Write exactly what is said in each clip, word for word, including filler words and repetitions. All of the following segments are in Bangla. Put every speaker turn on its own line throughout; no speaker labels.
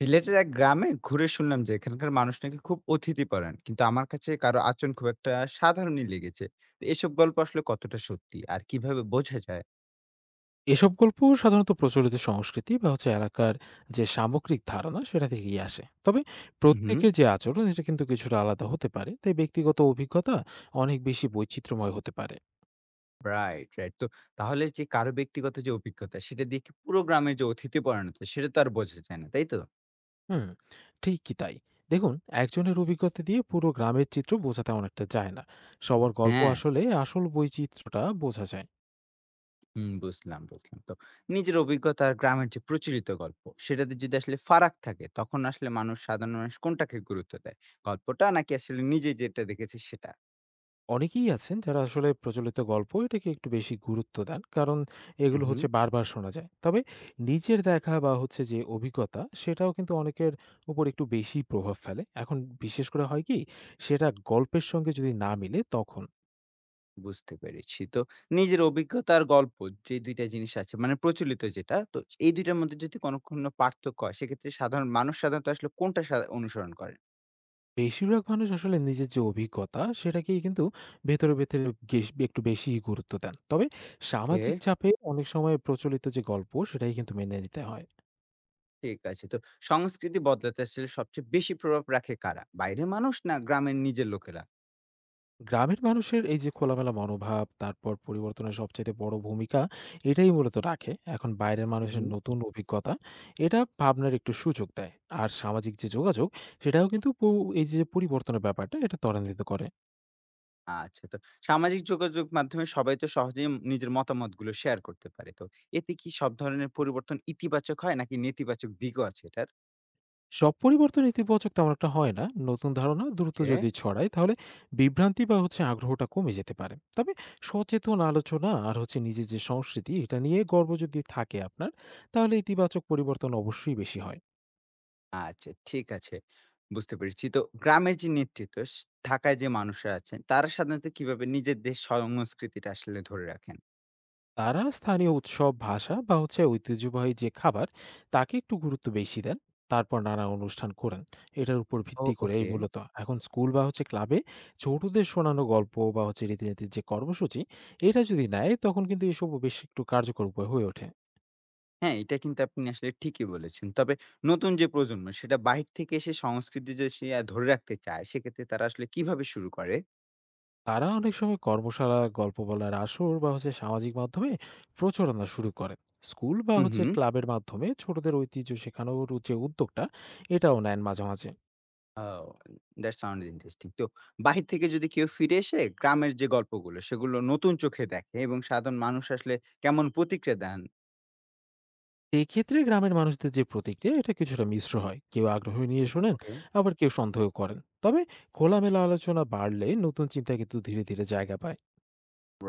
সিলেটের এক গ্রামে ঘুরে শুনলাম যে এখানকার মানুষ নাকি খুব অতিথিপরায়ণ, কিন্তু আমার কাছে কারো আচরণ খুব একটা সাধারণই লেগেছে। তো এসব গল্প আসলে কতটা সত্যি আর কিভাবে বোঝা যায়?
এসব গল্প সাধারণত প্রচলিত সংস্কৃতি বা হচ্ছে এলাকার যে সামগ্রিক ধারণা সেটা থেকেই আসে। তবে
হুম।
প্রত্যেকের যে আচরণ এটা কিন্তু কিছুটা আলাদা হতে পারে, তাই ব্যক্তিগত অভিজ্ঞতা অনেক বেশি বৈচিত্র্যময় হতে পারে।
Right, right. তো তাহলে যে কারো ব্যক্তিগত যে অভিজ্ঞতা সেটা দিয়ে কি পুরো গ্রামের যে অতিথিপরায়ণতা সেটা তো আর বোঝা যায় না, তাই তো?
হুম। ঠিকই তাই। দেখুন, একজনের অভিজ্ঞতা দিয়ে পুরো গ্রামের চিত্র বোঝা তেমন একটা যায় না। সবার গল্প
হ্যাঁ।
আসলে আসল বৈচিত্র্যটা বোঝা যায়।
হুম। বুঝলাম বুঝলাম তো নিজের অভিজ্ঞতা আর গ্রামের যে প্রচলিত গল্প সেটাতে যদি আসলে ফারাক থাকে, তখন আসলে মানুষ, সাধারণ মানুষ কোনটাকে গুরুত্ব দেয়? গল্পটা, নাকি আসলে নিজে যেটা দেখেছে সেটা?
অনেকেই আছেন যারা আসলে প্রচলিত গল্প এটাকে একটু বেশি গুরুত্ব দেন, কারণ এগুলো
হুম।
হচ্ছে বারবার শোনা যায়। তবে নিজের দেখা বা হচ্ছে যে অভিজ্ঞতা সেটাও কিন্তু অনেকের উপর একটু বেশি প্রভাব ফেলে। এখন বিশেষ করে হয় কি, সেটা গল্পের সঙ্গে যদি না মিলে তখন।
বুঝতে পেরেছি। তো নিজের অভিজ্ঞতা আর গল্প, যে দুই টা জিনিস আছে মানে প্রচলিত যেটা, তো এই দুই টার মধ্যে যদি কোনো, কোনো পার্থক্য হয়, সেক্ষেত্রে সাধারণ মানুষ সাধারণত আসলে কোনটা সা অনুসরণ করেন?
বেশিরভাগ মানুষ আসলে নিজের যে অভিজ্ঞতা সেটাকেই কিন্তু ভেতরে ভেতরে গেস- একটু বেশি গুরুত্ব দেন। তবে
ওকে,
সামাজিক চাপে অনেক সময় প্রচলিত যে গল্প সেটাই কিন্তু মেনে নিতে হয়।
ঠিক আছে। তো সংস্কৃতি বদলাতে আসলে সবচেয়ে বেশি প্রভাব রাখে কারা? বাইরের মানুষ, না গ্রামের নিজের লোকেরা?
গ্রামের মানুষের এই যে খোলামেলা মনোভাব, তারপর পরিবর্তনের সবচাইতে বড় ভূমিকা এটাই মূলত রাখে। এখন বাইরের
হু,
মানুষের
হু।
নতুন অভিজ্ঞতা, এটা ভাবনার একটু সুযোগ দেয়। আর সামাজিক যে যোগাযোগ, সেটাও কিন্তু পো এই যে পরিবর্তনের ব্যাপারটা, এটা ত্বরান্বিত করে।
আচ্ছা। তো সামাজিক যোগাযোগ মাধ্যমে সবাই তো সহজেই নিজের মতামতগুলো শেয়ার করতে পারে। তো এতে কি সব ধরনের পরিবর্তন ইতিবাচক হয়, নাকি নেতিবাচক দিকও আছে এটার?
সব পরিবর্তন ইতিবাচক তেমন একটা হয় না। নতুন ধারণা দ্রুত
ওকে।
যদি ছড়ায়, তাহলে বিভ্রান্তি বা হচ্ছে আগ্রহটা কমে যেতে পারে। তবে সচেতন আলোচনা আর হচ্ছে নিজের যে সংস্কৃতি, এটা নিয়ে গর্ব যদি থাকে আপনার, তাহলে ইতিবাচক পরিবর্তন অবশ্যই বেশি হয়।
আচ্ছা, ঠিক আছে। বুঝতে পেরেছি। তো গ্রামের যে নেতৃত্ব স ঢাকায় যে মানুষরা আছেন, তারা সাধারণত কিভাবে নিজেদের সংস্কৃতিটা আসলে ধরে রাখেন?
তারা স্থানীয় উৎসব, ভাষা বা হচ্ছে ঐতিহ্যবাহী যে খাবার, তাকে একটু গুরুত্ব বেশি দেন। তারপর নানা অনুষ্ঠান করেন এটার উপর
ও,
ভিত্তি করে, এই
ওকে।
মূলত। এখন স্কুল বা হচ্ছে ক্লাবে ছোটদের শোনানো গল্প বা হচ্ছে রীতিনীতির যে কর্মসূচি, এটা যদি নেয় তখন কিন্তু এসব বেশ একটু কার্যকর উপায় হয়ে ওঠে।
হ্যাঁ, এটা কিন্তু আপনি আসলে ঠিকই বলেছেন। তবে নতুন যে প্রজন্ম, সেটা বাহির থেকে এসে সংস্কৃতি যদি সে আ ধরে রাখতে চায়, সেক্ষেত্রে তারা আসলে কিভাবে শুরু করে?
তারা অনেক সময় কর্মশালা, গল্প বলার আসর বা হচ্ছে সামাজিক মাধ্যমে প্রচারণা শুরু করে। স্কুল বা
হু,
হচ্ছে
হুম।
ক্লাবের মাধ্যমে ছোটদের ঐতিহ্য শেখানোর যে উদ্যোগটা এটাও নেন মাঝে মাঝে।
Oh, that sound interesting. তো বাহির থেকে যদি কেউ ফিরে এসে গ্রামের যে গল্পগুলো, সেগুলো নতুন চোখে দেখে, এবং সাধারণ মানুষ আসলে কেমন প্রতিক্রিয়া দেন?
এক্ষেত্রে গ্রামের মানুষদের যে প্রতিক্রিয়া এটা কিছুটা মিশ্র হয়। কেউ আগ্রহ নিয়ে
ও,
শোনেন,
ওকে।
আবার কেউ সন্দেহ করেন। তবে খোলামেলা আলোচনা বাড়লে নতুন চিন্তা কিন্তু ধীরে ধীরে জায়গা পায়।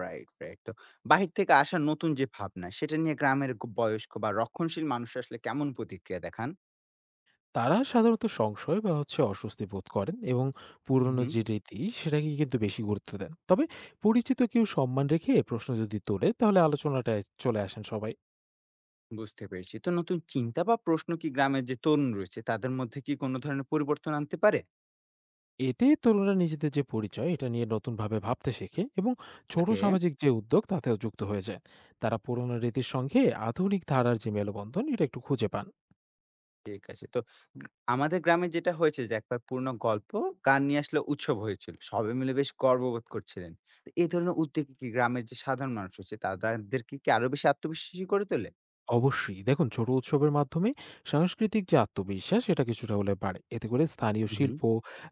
Right, right. তো বাহির থেকে আসা নতুন যে ভাবনা, সেটা নিয়ে গ্রামের গ বয়স্ক বা রক্ষণশীল মানুষ আসলে কেমন প্রতিক্রিয়া দেখান?
তারা সাধারণত সংশয় বা হচ্ছে অস্বস্তি বোধ করেন এবং
হুম,
পুরনো
হুম।
যে রীতি সেটাকে কিন্তু বেশি গুরুত্ব দেন। তবে পরিচিত কেউ সম্মান রেখে প্রশ্ন যদি তোলে, তাহলে আলোচনাটায় চলে আসেন সবাই।
বুঝতে পেরেছি। তো নতুন চিন্তা বা প্রশ্ন কি গ্রামের যে তরুণ রয়েছে, তাদের মধ্যে কি কোনো ধরনের পরিবর্তন আনতে পারে?
এতে তরুণরা নিজেদের যে পরিচয় এটা নিয়ে নতুনভাবে ভাবতে শেখে এবং ছোট
ওকে,
সামাজিক যে উদ্যোগ তাতেও যুক্ত হয়ে যায়। তারা পুরোনো রীতির সঙ্গে আধুনিক ধারার যে মেলবন্ধন এটা একটু খুঁজে পান।
ঠিক আছে। তো গ আমাদের গ্রামে যেটা হয়েছে যে, একবার পুরনো গল্প, গান নিয়ে আসলে উৎসব হয়েছিল। সবাই মিলে বেশ গর্ববোধ করছিলেন। তো এই ধরনের উদ্যোগে কি গ্রামের যে সাধারণ মানুষ রয়েছে, তাদেরকে কি আরো বেশি আত্মবিশ্বাসী করে তোলে?
অবশ্যই। দেখুন, ছোট উৎসবের মাধ্যমে সাংস্কৃতিক যে আত্মবিশ্বাস এটা কিছুটা হলে বাড়ে। এতে করে স্থানীয়
হুম, হুম।
শিল্প,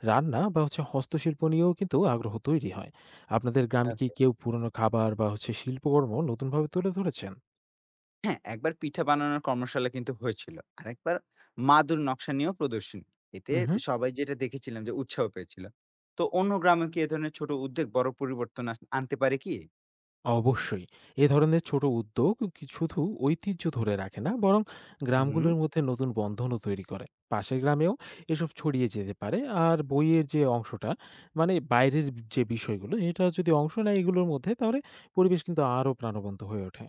রান্না বা হচ্ছে হস্তশিল্প নিয়েও কিন্তু আগ্রহ তৈরি হয়। আপনাদের গ্রামে কি
ওকে।
কেউ পুরনো খাবার বা হচ্ছে শিল্পকর্ম নতুনভাবে তুলে ধরেছেন?
হ্যাঁ, একবার পিঠা বানানোর কর্মশালা কিন্তু হয়েছিল। আরেকবার মাদুর নকশা নিয়েও প্রদর্শনী। এতে
হুম।
সবাই, যেটা দেখেছিলাম, যে উৎসাহ পেয়েছিল। তো অন্য গ্রামে কি এ ধরনের ছোট উদ্যোগ বড় পরিবর্তন আস আনতে পারে কি?
অবশ্যই। এ ধরনের ছোট উদ্যোগ কি শুধু ঐতিহ্য ধরে রাখে না, বরং
হুম।
গ্রামগুলোর মধ্যে নতুন বন্ধনও তৈরি করে। পাশের গ্রামেও এসব ছড়িয়ে যেতে পারে। আর বইয়ের যে অংশটা, মানে বাইরের যে বিষয়গুলো, এটা যদি অংশ নেয় এগুলোর মধ্যে, তাহলে পরিবেশ কিন্তু আরো প্রাণবন্ত হয়ে ওঠে।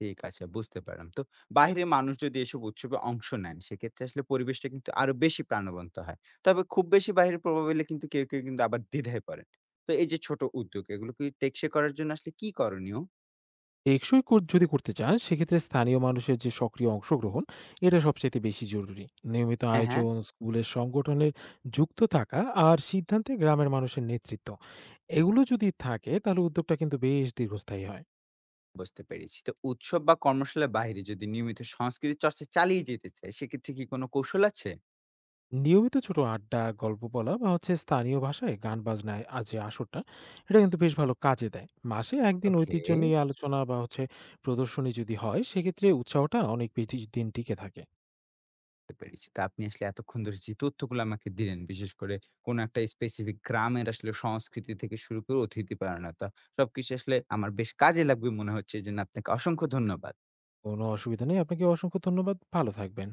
ঠিক আছে, বুঝতে পারলাম। তো বাইরের মানুষ যদি এসব উৎসবে অংশ নেন, সেক্ষেত্রে আসলে পরিবেশটা কিন্তু আরো বেশি প্রাণবন্ত হয়। তবে খুব বেশি বাইরের প্রভাব এলে কিন্তু কেউ, কেউ কিন্তু আবার দ্বিধায় পড়েন। তো এই যে ছোট উদ্যোগ, এগুলো কি টেকসই করার জন্য আসলে কি করণীয়?
টেকসই কর যদি করতে চান, সেক্ষেত্রে স্থানীয় মানুষের যে সক্রিয় অংশগ্রহণ এটা সবচেয়ে বেশি জরুরি। নিয়মিত
হ্যাঁ, হ্যাঁ।
আয়োজন, স্কুলের সংগঠনের যুক্ত থাকা, আর সিদ্ধান্তে গ্রামের মানুষের নেতৃত্ব, এগুলো যদি থাকে তাহলে উদ্যোগটা কিন্তু বেশ দীর্ঘস্থায়ী হয়।
বুঝতে পেরেছি। তো উৎসব বা কর্মশালার বাইরে যদি নিয়মিত সংস্কৃতি চর্চা চালিয়ে যেতে চাই, সেক্ষেত্রে কি কোনো কৌশল আছে?
নিয়মিত ছোট আড্ডা, গল্প বলা বা হচ্ছে স্থানীয় ভাষায় গান বাজনায় আজ যে আসরটা, এটা কিন্তু বেশ ভালো কাজে দেয়। মাসে একদিন
ওকে।
ঐতিহ্য নিয়ে আলোচনা বা হচ্ছে প্রদর্শনী যদি হয়, সেক্ষেত্রে উৎসাহটা অনেক বেশি দিন টিকে থাকে।
বুঝতে পেরেছি। তো আপনি আসলে এতক্ষণ ধরে যে তথ্যগুলো আমাকে দিলেন, বিশেষ করে কোনো একটা স্পেসিফিক গ্রামের আসলে সংস্কৃতি থেকে শুরু করে অতিথি পরায়ণতা, সবকিছু আসলে আমার বেশ কাজে লাগবে মনে হচ্ছে। এজন্য আপনাকে অসংখ্য ধন্যবাদ।
কোনো অসুবিধা নেই। আপনাকে অসংখ্য ধন্যবাদ। ভালো থাকবেন।